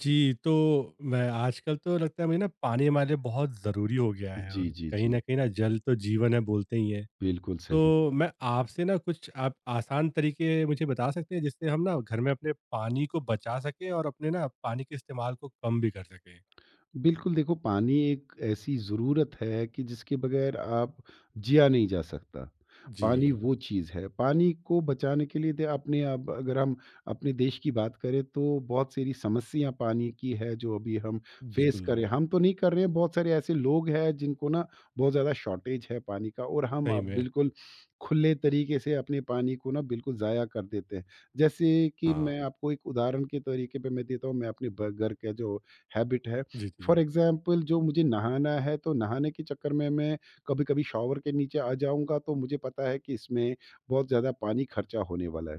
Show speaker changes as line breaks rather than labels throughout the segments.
जी, तो मैं आजकल तो लगता है मुझे ना पानी हमारे लिए बहुत ज़रूरी हो गया है
जी,
और
जी,
कहीं
जी।
न कहीं ना जल तो जीवन है बोलते ही हैं।
बिल्कुल सही।
तो मैं आपसे ना कुछ आप आसान तरीके मुझे बता सकते हैं जिससे हम ना घर में अपने पानी को बचा सकें और अपने ना पानी के इस्तेमाल को कम भी कर सकें?
बिल्कुल, देखो, पानी एक ऐसी ज़रूरत है कि जिसके बगैर आप जिया नहीं जा सकता। पानी
जी,
बिल्कुल वो चीज़ है। पानी को बचाने के लिए दे अपने अब अगर हम अपने देश की बात करें तो बहुत सारी समस्या पानी की है जो अभी हम फेस कर
बिल्कुल,
रहे हैं। हम तो नहीं कर रहे हैं, बहुत सारे ऐसे लोग हैं जिनको ना बहुत ज़्यादा शॉर्टेज है पानी का, और हम
सही
अब
में।
बिल्कुल खुले तरीके से अपने पानी को ना बिल्कुल ज़ाया कर देते हैं। जैसे कि मैं
हाँ,
आपको एक उदाहरण के तरीके पे मैं देता हूँ, मैं अपने ब घर का जो हैबिट है,
जी, जी।
फॉर एग्जांपल जो मुझे नहाना है तो नहाने के चक्कर में मैं कभी-कभी शॉवर के नीचे आ जाऊँगा, तो मुझे पता है कि इसमें बहुत ज़्यादा पानी खर्चा होने वाला है।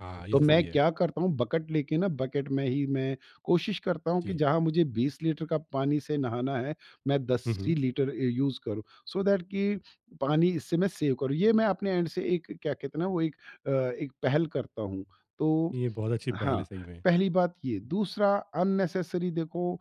हाँ, ये
तो
तो सही
मैं
है।
क्या करता हूँ, बकेट लेके ना बकेट में ही मैं कोशिश करता हूँ कि
जी।
जहाँ मुझे 20 लीटर का पानी से नहाना है, मैं 10
हुँ,
ही
हुँ।
लीटर यूज़ करूँ, सो दैट कि पानी इससे मैं सेव करूँ। ये मैं अपने एंड से एक, क्या कहते हैं ना, वो एक पहल करता हूँ। तो
ये बहुत अच्छी पहल
हाँ,
है सही में।
पहली बात ये। दूसरा, अननेसेसरी देखो,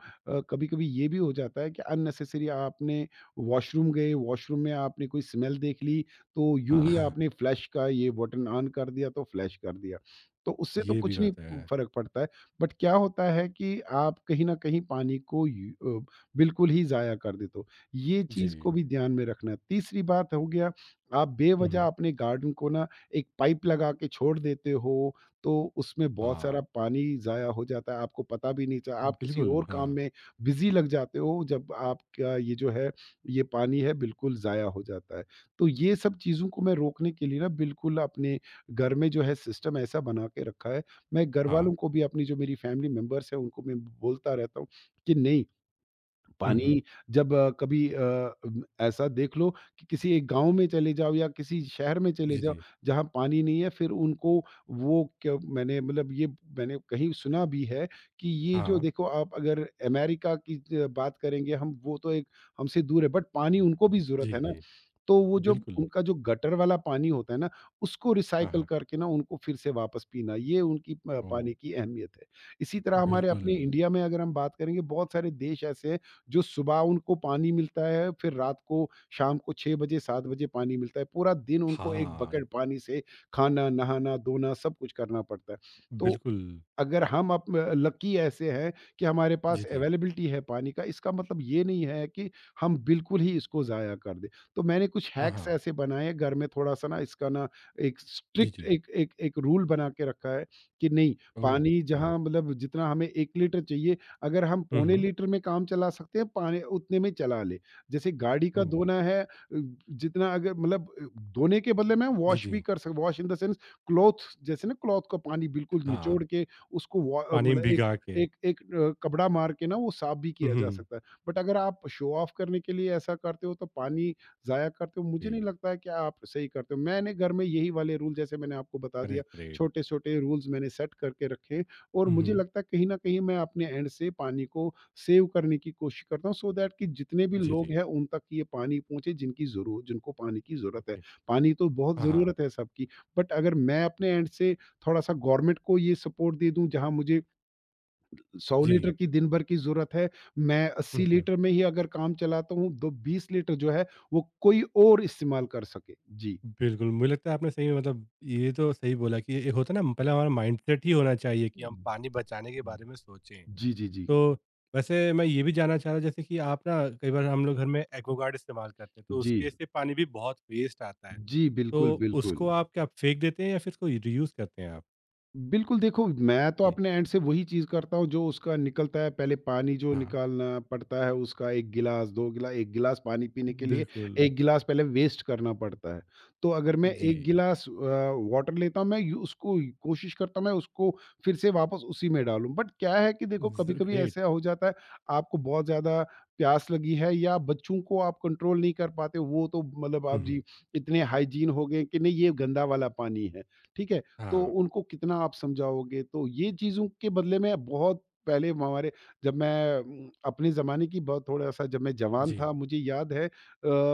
कभी कभी ये भी हो जाता है कि अननेसेसरी आपने वॉशरूम गए, वॉशरूम में आपने कोई स्मेल देख ली तो यूं
हाँ,
ही आपने फ्लैश का ये बटन ऑन कर दिया, तो फ्लैश कर दिया। तो उससे तो
ये भी
कुछ नहीं
बात है।
फ़र्क पड़ता है। बट क्या होता है कि आप कहीं न कहीं पानी को अ, बिल्कुल ही ज़ाया कर देते हो। ये चीज़ को
जी।
भी ध्यान में रखना है। तीसरी बात हो गया, आप
हुँ,
बेवज़ह
हुँ।
अपने गार्डन को ना एक पाइप लगा के छोड़ देते हो, तो उसमें बहुत सारा
हाँ,
पानी ज़ाया हो जाता है, आपको पता भी नहीं चला। आप किसी
बिल्कुल,
और काम
हाँ।
में बिज़ी लग जाते हो, जब आपका ये जो है, ये पानी है बिल्कुल ज़ाया हो जाता है। तो ये सब चीज़ों को मैं रोकने के लिए ना बिल्कुल अपने घर में जो है सिस्टम ऐसा बना के रखा है। मैं
हाँ।
घरवालों को भी, अपनी जो मेरी फैमिली मेंबर्स हैं उनको मैं बोलता रहता हूँ कि नहीं। हुँ।
हुँ, हुँ।
पानी जब कभी ऐसा देख लो कि किसी एक गाँव में चले जाओ या किसी शहर में चले
जी,
जाओ
जी।
जहाँ पानी नहीं है, फिर उनको वो क्या, मैंने मतलब ये मैंने कहीं सुना भी है कि ये जो
हाँ।
देखो, आप अगर अमेरिका की ज बात करेंगे हम, वो तो एक हमसे दूर है, बट पानी उनको भी ज़रूरत
जी,
है ना।
जी।
तो वो जब
बिल्कुल।
उनका जो गटर वाला पानी होता है ना, उसको
हाँ,
रिसाइकल
हाँ।
करके ना उनको फिर से वापस पीना, ये उनकी प
ओह!
पानी की अहमियत है। इसी तरह हमारे अपने
बिल्कुल।
इंडिया में अगर हम बात करेंगे, बहुत सारे देश ऐसे हैं, जो सुबह उनको पानी मिलता है, फिर रात को शाम को 6 बजे, 7 बजे पानी मिलता है। पूरा दिन उनको एक
हाँ,
बकेट पानी से खाना, नहाना, धोना सब कुछ करना पड़ता है। तो
बिल्कुल।
अगर हम अप लकी ऐसे हैं कि हमारे पास
जी, जी।
अवेलेबिलिटी है पानी का, इसका मतलब ये नहीं है कि हम बिल्कुल ही इसको ज़ाया कर दें। तो मैंने कुछ
हाँ,
हैक्स
हाँ।
ऐसे बनाए घर में, थोड़ा-सा ना इसका ना एक
जी,
स्ट्रिक्ट
जी।
एक एक एक रूल बना के रखा है कि नहीं,
ओह!
पानी
हाँ।
जहाँ मतलब जितना हमें 1 लीटर चाहिए, अगर हम
हुँ,
पौने
हुँ।
लीटर में काम चला सकते हैं, पानी उतने में चला लें। जैसे गाड़ी का
ओह!
धोना है, जितना अगर मतलब धोने के बदले में
जी,
वॉश भी
जी।
कर सक wash in the sense, cloth जैसे ना, क्लॉथ का पानी बिल्कुल
हाँ,
निचोड़ के उसको
पानी में
मतलब एक
भिगा के।
एक एक अ, कपड़ा मार के ना वो साफ भी
हुँ,
किया जा
हुँ।
सकता है। बट अगर आप शो ऑफ करने के लिए ऐसा करते हो तो पानी ज़ाया करते हो, मुझे नहीं
जी।
लगता है कि आप सही करते हो। मैंने घर में यही वाले रूल, जैसे मैंने आपको बता
अरे
दिया,
ग्रेट!
छोटे-छोटे रूल्स मैंने सेट करके रखे हैं और
हुँ,
मुझे
हुँ।
लगता है कहीं न कहीं मैं अपने एंड से पानी को सेव करने की कोशिश करता हूँ सो दैट कि जितने भी
जी,
लोग
जी।
हैं उन तक ये पानी पहुँचे जिनकी ज़रूर जिनको पानी की ज़रूरत है।
ओके।
पानी तो बहुत
हाँ, हाँ।
ज़रूरत है सबकी, बट अगर मैं अपने एंड से थोड़ा-सा गवर्नमेंट को ये सपोर्ट दे दूँ, जहाँ मुझे 100
जी।
लीटर की दिन भर की ज़रूरत है, मैं
हुँ,
80
हुँ।
लीटर में ही अगर काम चलाता हूँ, तो 20 लीटर जो है, वो कोई और इस्तेमाल कर सके। जी।
बिल्कुल, मुझे लगता है आपने सही में मतलब ये तो सही बोला कि ये होता है ना पहले हमारा माइंडसेट ही होना चाहिए कि हम पानी बचाने के बारे में सोचें।
जी, जी, जी। जी।
तो वैसे मैं ये भी जानना चाह रहा हूँ, जैसे कि आप ना कई बार हम लोग घर में एक्वागार्ड इस्तेमाल करते हैं तो
जी,
उसके से पानी भी बहुत वेस्ट आता है।
जी, बिल्कुल,
तो
बिल्कुल।
उसको आप क्या फेंक देते हैं या फिर उसको रीयूज़ करते हैं आप?
बिल्कुल, देखो, मैं तो
जी।
अपने एंड से वही चीज़ करता हूँ। जो उसका निकलता है, पहले पानी जो
हाँ।
निकालना पड़ता है उसका 1 गिलास, 2 गिला 1 गिलास पानी पीने के लिए
बिल्कुल।
1 गिलास पहले वेस्ट करना पड़ता है। तो अगर मैं
जी।
1 गिलास वाटर लेता हूँ, मैं यू उसको कोशिश करता हूँ, मैं उसको फिर से वापस उसी में डालूँ। बट क्या है कि देखो,
ज़
कभी-कभी
ग्रेट।
ऐसा हो जाता है आपको बहुत ज़्यादा प्यास लगी है या बच्चों को आप कंट्रोल नहीं कर पाते हो, वो तो मतलब
हुँ,
आप जी
हुँ।
इतने हाइजीन हो गए कि नहीं ये गंदा वाला पानी है, ठीक है? तो
हाँ।
उनको कितना आप समझाओगे? तो ये चीज़ों के बदले में, बहुत पहले हमारे, जब मैं अपने ज़माने की बहुत थोड़ा-सा, जब मैं जवान
जी।
था मुझे याद है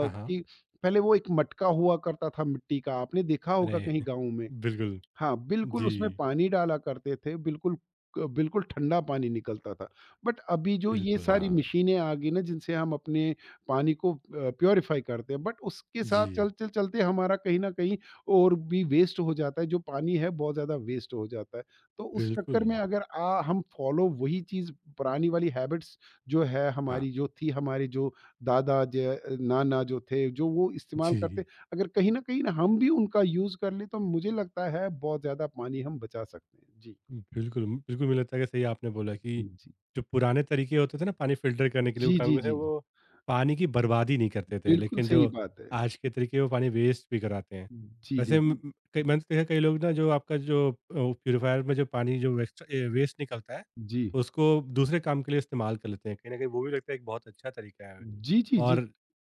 हाँ, हाँ।
पहले वो एक मटका हुआ करता था मिट्टी का, आपने देखा होगा
अरे!
कहीं गाँव में।
बिल्कुल।
हाँ, बिल्कुल,
जी।
उसमें पानी डाला करते थे, बिल्कुल ठंडा पानी निकलता था। बट अभी जो ये
बिल्कुल,
सारी
हाँ।
मशीनें आ गई ना जिनसे हम अपने पानी को प्यूरीफाई करते हैं, बट उसके साथ
जी।
चलते-चलते हमारा कहीं न कहीं और भी वेस्ट हो जाता है, जो पानी है बहुत ज़्यादा वेस्ट हो जाता है। तो उस चक्कर
बिल्कुल।
में, अगर हम फ़ॉलो वही चीज़ पुरानी वाली हैबिट्स, जो है
हाँ।
हमारी जो थी, हमारे जो दादा ज नाना जो थे, जो वो इस्तेमाल करते,
जी।
अगर कहीं न कहीं ना हम भी उनका यूज़ कर लें, तो मुझे लगता है बहुत ज़्यादा पानी हम बचा सकते हैं। जी।
बिल्कुल, बिल्कुल, मुझे लगता है कि सही आपने बोला कि
जी।
जो पुराने तरीके होते थे ना पानी फ़िल्टर करने के लिए वो
जी,
काम
जी,
करते थे,
जी।
वो पानी की बर्बादी नहीं करते थे,
बिल्कुल
लेकिन
सही
जो
बात है।
आज के तरीके वो पानी वेस्ट भी कराते हैं।
जी, जी,
वैसे म
जी।
म कई मैंने तो देखा है कई लोग ना जो आपका जो प्यूरीफायर में जो पानी जो वेस्ट निकलता है,
जी।
उसको दूसरे काम के लिए इस्तेमाल कर लेते हैं। कहीं न कहीं वो भी लगता है एक बहुत अच्छा तरीका है
जी, जी, जी।
और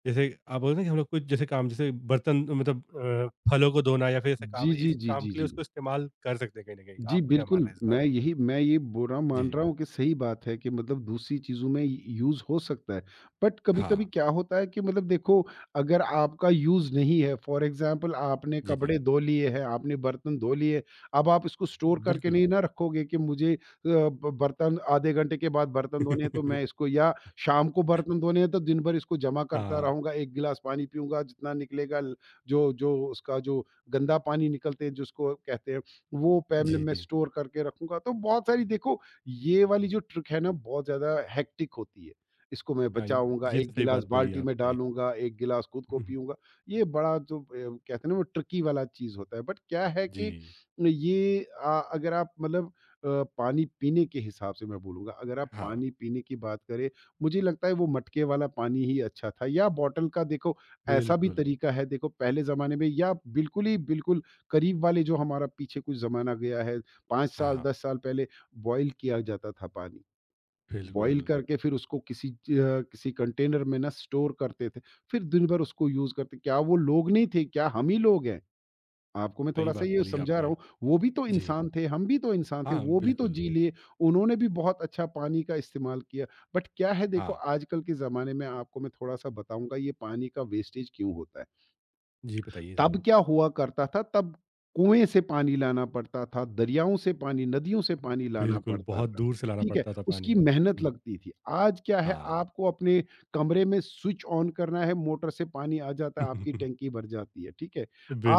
जैसे आप बोल रहे हैं ना कि हम लोग कुछ जैसे काम जैसे बर्तन मतलब फलों को धोना या फिर ऐसा
जी,
काम है
जी,
इस
जी,
काम
जी,
के लिए
जी।
उसको इस्तेमाल कर सकते हैं कहीं ना कहीं
जी,
आपको क्या
बिल्कुल,
मानना है इस बारे में।
मैं ये बोल रहा हूँ,
जी
मान
जी।
रहा हूँ कि सही बात है कि मतलब दूसरी चीज़ों में यूज़ हो सकता है। बट कभी-कभी
हाँ।
क्या होता है कि मतलब देखो, अगर आपका यूज़ नहीं है, फॉर एग्ज़ाम्पल आपने
जी जी।
कपड़े धो लिए हैं, आपने बर्तन धो लिए, अब आप इसको स्टोर करके
बिल्कुल।
नहीं ना रखोगे कि मुझे अ, ब बर्तन आधे घंटे के बाद बर्तन धोने हैं, तो मैं इसको या शाम को बर्तन धोने हैं तो दिन भर इसको जमा करता
हाँ।
रहूँगा, 1 गिलास पानी पीऊँगा जितना निकलेगा ल जो जो उसका जो गंदा पानी निकलते हैं जिसको कहते हैं वो पैमल
जी
मैं
जी।
स्टोर करके रखूँगा। तो बहुत सारी देखो, ये वाली जो ट्रिक है ना, बहुत ज़्यादा हेक्टिक होती है। इसको मैं
हाँ,
बचाऊँगा,
ये
1
तो सही
गिलास
बात बोली
बाल्टी में
आपने।
डालूँगा, 1 गिलास खुद को पीऊँगा। ये बड़ा जो कहते हैं ना, वो ट्रिकी वाला चीज़ होता है। बट क्या है कि
जी।
ये अगर आप मतलब अ, पानी पीने के हिसाब से मैं बोलूँगा, अगर आप
हाँ,
पानी पीने की बात करें, मुझे लगता है वो मटके वाला पानी ही अच्छा था या बॉटल का, देखो ऐसा भी
बिल्कुल।
तरीका है देखो, पहले ज़माने में या बिल्कुल ही बिल्कुल करीब वाले जो हमारा पीछे कुछ ज़माना गया है, 5
हाँ,
साल
हाँ,
10 साल पहले बॉयल किया जाता था पानी।
बिल्कुल
बॉयल करके फिर उसको किसी कंटेनर में ना स्टोर करते थे। फिर दिन भर उसको यूज़ करते, क्या वो लोग नहीं थे? क्या हम ही लोग हैं? आपको मैं
सही
थोड़ा-सा
बात
ये
बोली
समझा रहा
आपने।
हूँ, वो भी तो
जी।
इंसान थे, हम भी तो इंसान थे,
हाँ,
वो भी तो
बिल्कुल।
जी लिए, उन्होंने भी बहुत अच्छा पानी का इस्तेमाल किया। बट क्या है देखो,
हाँ,
आजकल के ज़माने में आपको मैं थोड़ा-सा बताऊँगा ये पानी का वेस्टेज क्यों होता है?
जी बताइए
तब
जरूर।
क्या हुआ करता था, तब कुएँ से पानी लाना पड़ता था, दरियाओं से पानी, नदियों से पानी लाना
बिल्कुल,
पड़ता
बहुत
था,
दूर से लाना
ठीक है?
पड़ता था
उसकी
पानी।
मेहनत
हम्म,
लगती थी। आज क्या है,
हाँ।
आपको अपने कमरे में स्विच ऑन करना है, मोटर से पानी आ जाता है, आपकी टंकी भर जाती है, ठीक है?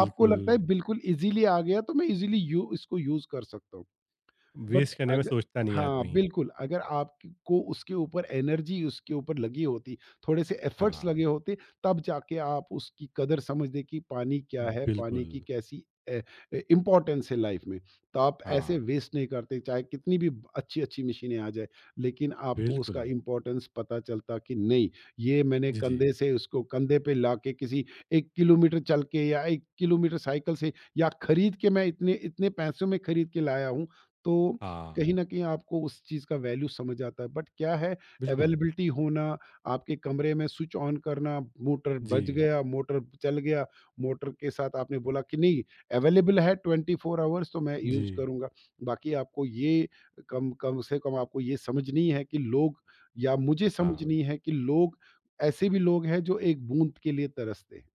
आपको लगता है बिल्कुल ईज़िली आ गया तो मैं ईज़िली यू इसको यूज़ कर सकता हूँ। बट
वेस्ट करने में
अग
सोचता नहीं
हाँ,
आदमी।
बिल्कुल, अगर आपकी को उसके ऊपर एनर्जी उसके ऊपर लगी होती, थोड़े से एफर्ट्स
हाँ।
लगे होते, तब जाके आप उसकी कदर समझते कि पानी क्या है, पानी
बिल्कुल।
की कैसी अ, इम्पोर्टेंस है लाइफ में। तो आप
हाँ।
ऐसे वेस्ट नहीं करते, चाहे कितनी भी अच्छी-अच्छी मशीनें आ जाए, लेकिन आपको
बिल्कुल।
उसका इम्पोर्टेंस पता चलता कि नहीं, ये मैंने
जी, जी।
कंधे से उसको कंधे पे लाके किसी 1 किलोमीटर चल के या 1 किलोमीटर साइकिल से या खरीद के मैं इतने इतने पैसों में खरीद के लाया हूँ, तो
हाँ।
कहीं न कहीं आपको उस चीज़ का वैल्यू समझ आता है। बट क्या है
बिल्कुल।
अवेलेबिलिटी होना, आपके कमरे में स्विच ऑन करना, मोटर बज
जी,
गया, मोटर चल गया, मोटर के साथ आपने बोला कि नहीं अवेलेबल है 24 आवर्स तो मैं
जी।
यूज़ करूँगा। बाकी आपको ये कम कम से कम आपको ये समझनी है कि लोग या मुझे
हाँ।
समझनी है कि लोग ऐसे भी लोग हैं जो एक बूँद के लिए तरसते हैं।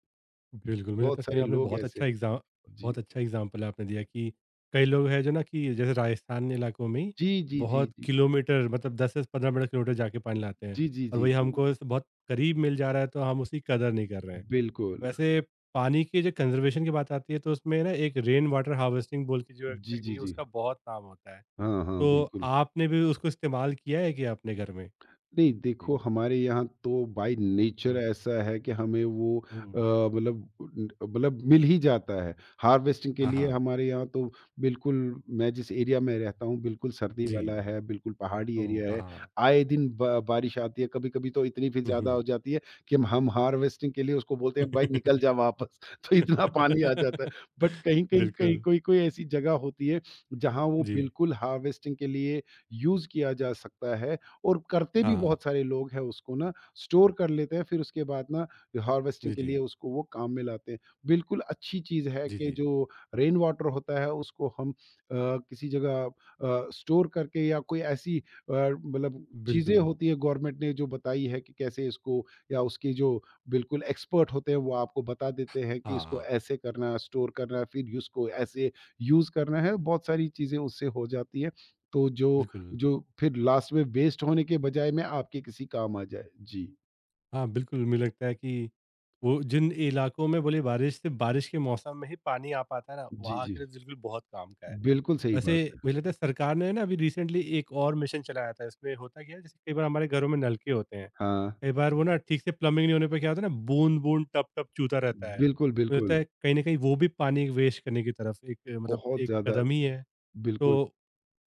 बिल्कुल, मुझे लगता
बहुत
है सही
सारे
में आपने
लोग ऐसे हैं। जी।
बहुत अच्छा एग्ज़ाम्पल आपने दिया कि कई लोग हैं जो ना कि जैसे राजस्थान इलाकों में ही
जी, जी, जी,
बहुत
जी।
किलोमीटर मतलब 10 से 15 मिनट किलोमीटर जाके पानी लाते हैं
जी, जी,
और
जी,
वही
जी।
हमको स बहुत करीब मिल जा रहा है तो हम उसकी कदर नहीं कर रहे हैं।
बिल्कुल।
वैसे पानी की जो कंज़र्वेशन की बात आती है तो उसमें ना एक रेन वाटर हार्वेस्टिंग बोल के जो एक
जी,
तकनीक
जी,
है
जी।
उसका बहुत काम होता है।
हाँ, हाँ,
तो
बिल्कुल।
आपने भी उसको इस्तेमाल किया है क्या अपने घर में?
नहीं, देखो
जी।
हमारे यहाँ तो बाय नेचर
हाँ।
ऐसा है कि हमें वो
ओह!
अ, मतलब उन मतलब मिल ही जाता है। हार्वेस्टिंग के
हाँ,
लिए
हाँ।
हमारे यहाँ तो बिल्कुल मैं जिस एरिया में रहता हूँ बिल्कुल सर्दी
जी।
वाला है, बिल्कुल पहाड़ी
ओह!
एरिया
हाँ,
है।
हाँ।
आए दिन ब बारिश आती है, कभी-कभी तो इतनी फिर
हुँ,
ज़्यादा
हुँ।
हो जाती है कि हम हार्वेस्टिंग के लिए उसको बोलते हैं भाई निकल जा वापस, तो इतना पानी आ जाता है। बट कहीं-कहीं, कहीं
बिल्कुल।
कोई-कोई ऐसी जगह होती है जहाँ वो
जी।
बिल्कुल हार्वेस्टिंग के लिए यूज़ किया जा सकता है। और करते भी बहुत
हाँ।
सारे लोग हैं उसको ना स्टोर कर लेते हैं फिर उसके बाद ना हार्वेस्टिंग
जी,
के लिए
जी।
उसको वो काम में लाते हैं। बिल्कुल अच्छी चीज़ है
जी,
कि
जी।
जो रेन वाटर होता है उसको हम किसी जगह स्टोर करके या कोई ऐसी मतलब चीज़ें
बिल्कुल।
होती है गवर्नमेंट ने जो बताई है कि कैसे इसको या उसके जो बिल्कुल एक्सपर्ट होते हैं वो आपको बता देते हैं कि
हाँ,
इसको
हाँ।
ऐसे करना है, स्टोर करना है, फिर इसको ऐसे यूज़ करना है। बहुत सारी चीज़ें उससे हो जाती है। तो जो
बिल्कुल।
जो फिर लास्ट में वेस्ट होने के बजाय में आपके किसी काम आ जाए। जी।
हाँ, बिल्कुल मुझे लगता है कि वो जिन इलाकों में बोले बारिश सिर्फ़ बारिश के मौसम में ही पानी आ पाता है ना,
जी,
वहाँ
जी।
के लिए तो बिल्कुल बहुत काम का है।
बिल्कुल सही
वैसे
बात है।
मुझे लगता है सरकार ने ना अभी रिसेंटली एक और मिशन चलाया था, इसमें होता क्या है जैसे कई बार हमारे घरों में नलके होते हैं।
हाँ।
कई बार वो ना ठीक से प्लम्बिंग नहीं होने पे क्या होता है ना बूंद-बूंद, टप-टप चूता रहता है।
बिल्कुल,
मुझे लगता
बिल्कुल।
है कहीं न कहीं वो भी पानी वेस्ट करने की तरफ एक मतलब
बहुत
एक
ज़्यादा
कदम ही है।
बिल्कुल,
तो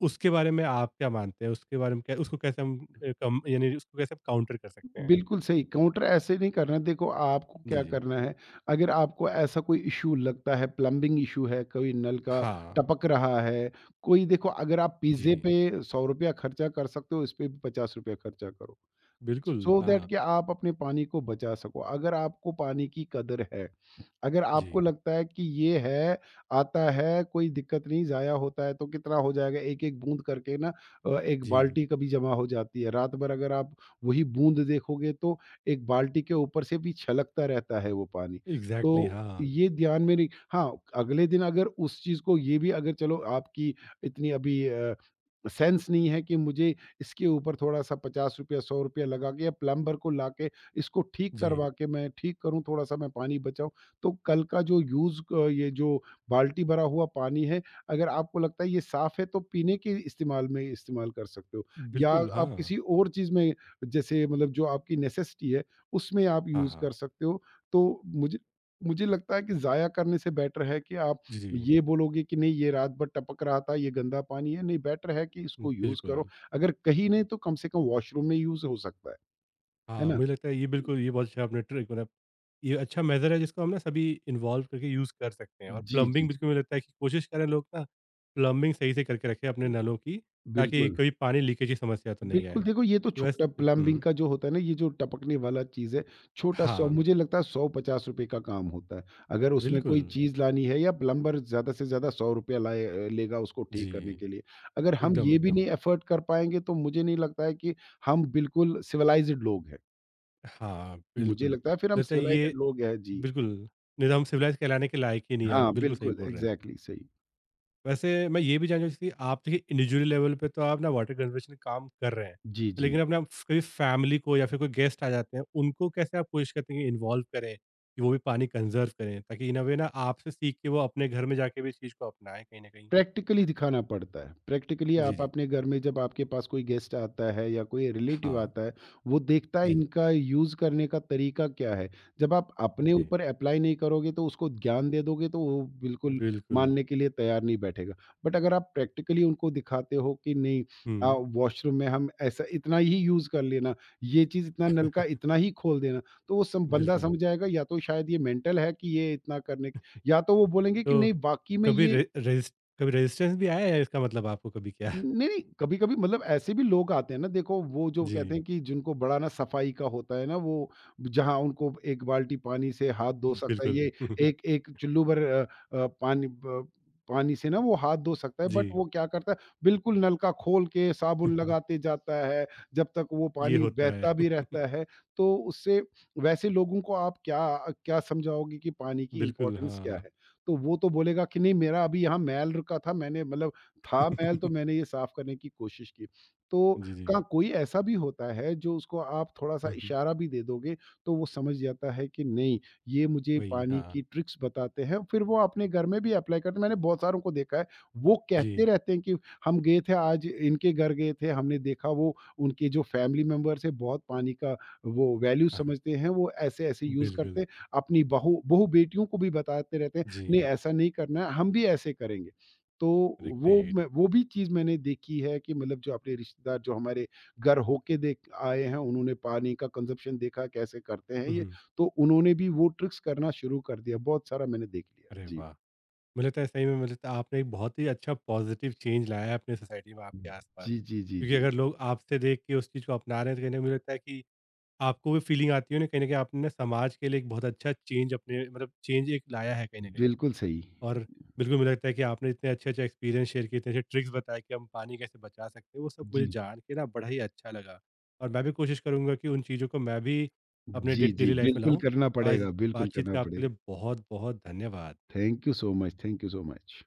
उसके बारे में आप क्या मानते हैं? उसके बारे में क्या उसको कैसे हम कम यानी उसको कैसे हम काउंटर कर सकते हैं?
बिल्कुल सही काउंटर ऐसे नहीं करना देखो आपको
जी,
क्या
जी।
करना है, अगर आपको ऐसा कोई इश्यू लगता है, प्लंबिंग इश्यू है, कोई नल का
हाँ।
टपक रहा है, कोई देखो अगर आप पिज़्ज़े
जी।
पे ₹100 खर्चा कर सकते हो, इस पे भी ₹50 खर्चा करो।
बिल्कुल,
दैट
हाँ।
कि आप अपने पानी को बचा सको अगर आपको पानी की कदर है अगर आपको
जी,
लगता है कि ये है आता है कोई दिक्कत नहीं जाया होता है तो कितना हो जाएगा एक एक बूंद करके ना एक
जी।
बाल्टी कभी जमा हो जाती है रात भर अगर आप वही बूंद देखोगे तो एक बाल्टी के ऊपर से भी छलकता रहता है वो पानी
एग्ज़ैक्टली
तो
हाँ।
ये ध्यान में नहीं हाँ अगले दिन अगर उस चीज को ये भी अगर चलो आपकी इतनी अभी सेंस नहीं है कि मुझे इसके ऊपर थोड़ा-सा ₹50 ₹100 लगा के या प्लम्बर को लाके इसको ठीक
जी।
करवा के मैं ठीक करूँ, थोड़ा-सा मैं पानी बचाऊँ, तो कल का जो यूज़ क ये जो बाल्टी भरा हुआ पानी है, अगर आपको लगता है ये साफ़ है तो पीने के इस्तेमाल में इस्तेमाल कर सकते हो। या
बिल्कुल,
आप
हाँ।
किसी और चीज़ में जैसे मतलब जो आपकी नेसेसिटी है, उसमें आप
हाँ,
यूज़ कर
हाँ।
सकते हो। तो मुझे मुझे लगता है कि ज़ाया करने से बेटर है कि आप
जी,
ये बोलोगे कि नहीं ये रात भर टपक रहा था, ये गंदा पानी है, नहीं बेटर है कि इसको यूज़
बिल्कुल।
करो अगर कहीं नहीं तो कम से कम वॉशरूम में यूज़ हो सकता है
हाँ,
ना?
मुझे लगता है ये बिल्कुल ये बहुत अच्छा आपने ट्रिक मतलब ये अच्छा मेथड है जिसको हम ना सभी इन्वॉल्व करके यूज़ कर सकते हैं और
जी, जी,
प्लम्बिंग बिल्कुल
जी।
मुझे लगता है कि कोशिश करें लोग ना प्लम्बिंग सही से करके रखें अपने नलों की ताकि
बिल्कुल,
कभी पानी लीकेज की समस्या तो नहीं
बिल्कुल
आए।
देखो ये तो छोटा
वैसे
प्लम्बिंग
हुँ,
का जो होता है ना, ये जो टपकने वाला चीज़ है, छोटा सौ
हाँ,
मुझे लगता है ₹100-50 का काम होता है। अगर उसमें कोई
बिल्कुल।
चीज़ लानी है या प्लम्बर ज़्यादा से ज़्यादा ₹100 लाए लेगा उसको ठीक
जी,
करने के लिए। अगर हम
एकदम,
ये भी नहीं
एकदम।
एफर्ट कर पाएँगे तो मुझे नहीं लगता है कि हम बिल्कुल सिविलाइज़्ड लोग हैं।
हाँ, बिल्कुल।
मुझे लगता है फिर
मुझे
हम
लगता है
सिविलाइज़्ड
ये
लोग हैं। जी।
बिल्कुल, नहीं तो हम सिविलाइज़ कहलाने के लायक ही नहीं है, आप
हाँ,
बिल्कुल सही
बिल्कुल
बोल रहे हैं।
एग्ज़ैक्टली सही।
वैसे मैं ये भी जानना चाहती थी आप देखिए इंडिविजुअल लेवल पे तो आप ना वाटर कंजर्वेशन काम कर रहे हैं
जी, जी।
लेकिन अपने आप कभी फैमिली को या फिर कोई गेस्ट आ जाते हैं उनको कैसे आप कोशिश करते हैं कि इन्वॉल्व करें कि वो भी पानी कंजर्व करें ताकि इन वे ना आपसे सीख के वो अपने घर में जाके भी इस चीज़ को अपनाएं कहीं ना कहीं।
प्रैक्टिकली दिखाना पड़ता है। प्रैक्टिकली हुँ।
जी
आप
जी।
अपने घर में जब आपके पास कोई गेस्ट आता है या कोई रिलेटिव
हाँ।
आता है, वो देखता है
जी जी।
इनका यूज़ करने का तरीका क्या है। जब आप अपने
ओके।
ऊपर अप्लाई नहीं करोगे तो उसको ज्ञान दे दोगे तो वो बिल्कुल
बिल्कुल।
मानने के लिए तैयार नहीं बैठेगा। बट अगर आप प्रैक्टिकली उनको दिखाते हो कि नहीं अ,
हम्म।
वॉशरूम में हम ऐसा इतना ही यूज़ कर लेना, ये चीज़ इतना नल का इतना ही खोल देना, तो वो सम बंदा
बिल्कुल।
समझ जाएगा या तो शायद ये मेंटल है कि ये इतना करने क या तो वो बोलेंगे कि
तो
नहीं वाक़ई में
कभी
ये
रे, रेजिस्ट, कभी रेजिस्टेंस भी आया है इसका मतलब आपको कभी क्या?
नहीं, नहीं, कभी-कभी मतलब ऐसे भी लोग आते हैं ना देखो वो जो
जी।
कहते हैं कि जिनको बड़ा ना सफाई का होता है ना वो जहाँ उनको एक बाल्टी पानी से हाथ धो सकता है
बिल्कुल।
ये एक एक चुल्लू भर अ, पानी ब पानी से ना वो हाथ धो सकता है
जी।
बट वो क्या करता है बिल्कुल नलका खोल के साबुन लगाते जाता है, जब तक वो
ये
पानी
होता है।
बहता भी रहता है। तो उससे वैसे लोगों को आप क्या क्या समझाओगे कि पानी की
बिल्कुल
इम्पोर्टेंस क्या
हाँ।
है? तो वो तो बोलेगा कि नहीं मेरा अभी यहाँ मैल रुका था मैंने मतलब था मैल तो मैंने ये साफ करने की कोशिश की। तो
जी,
का
जी।
कोई ऐसा भी होता है जो उसको आप थोड़ा-सा
हुँ, हुँ।
इशारा भी दे दोगे तो वो समझ जाता है कि नहीं, ये मुझे
वही
पानी
हाँ।
की ट्रिक्स बताते हैं फिर वो अपने घर में भी अप्लाई करते हैं। मैंने बहुत सारों को देखा है, वो
जी।
कहते रहते हैं कि हम गए थे आज इनके घर गए थे, हमने देखा वो उनके जो फैमिली मेंबर्स हैं बहुत पानी का वो वैल्यू
हाँ, हाँ।
समझते हैं, वो ऐसे-ऐसे यूज़ करते
बिल्कुल।
हैं। अपनी बहू बहू बेटियों को भी बताते रहते हैं, नहीं
जी।
ऐसा नहीं करना है, हम भी ऐसे करेंगे। तो
अरे ग्रेट!
वो भी चीज़ मैंने देखी है कि मतलब जो अपने रिश्तेदार जो हमारे घर होके देख आए हैं, उन्होंने पानी का कंज़म्पशन देखा कैसे करते हैं
हुँ,
ये,
हुँ।
तो उन्होंने भी वो ट्रिक्स करना शुरू कर दिया। बहुत सारा मैंने देख लिया।
अरे
जी।
वाह! मुझे लगता है सही में मुझे लगता है आपने एक बहुत ही अच्छा पॉज़िटिव चेंज लाया है अपनी सोसाइटी में आपके आस-पास।
जी, जी, जी,
क्योंकि
जी।
अगर लोग आपसे देख के उस चीज़ को अपना रहे हैं तो कहीं न कहीं मुझे लगता है कि आपको भी फीलिंग आती है ना कहीं न कहीं आपने ना समाज के लिए एक बहुत अच्छा चेंज अपने मतलब चेंज एक लाया है कहीं न कहीं।
बिल्कुल सही।
और बिल्कुल मुझे लगता है कि आपने इतने अच्छे-अच्छे एक्सपीरियंस शेयर किए, इतने अच्छे ट्रिक्स बताए कि हम पानी कैसे बचा सकते हैं, वो सब मुझे
जी।
जान के ना बड़ा ही अच्छा लगा। और मैं भी कोशिश करूँगा कि उन चीज़ों को मैं भी अपने डे
जी, जी,
डेली लाइफ में
बिल्कुल
लाऊँ।
करना
आज
पड़ेगा, बिल्कुल
बातचीत
करना
का आपके
पड़ेगा।
लिए बहुत-बहुत धन्यवाद।
Thank you so much, thank you so much.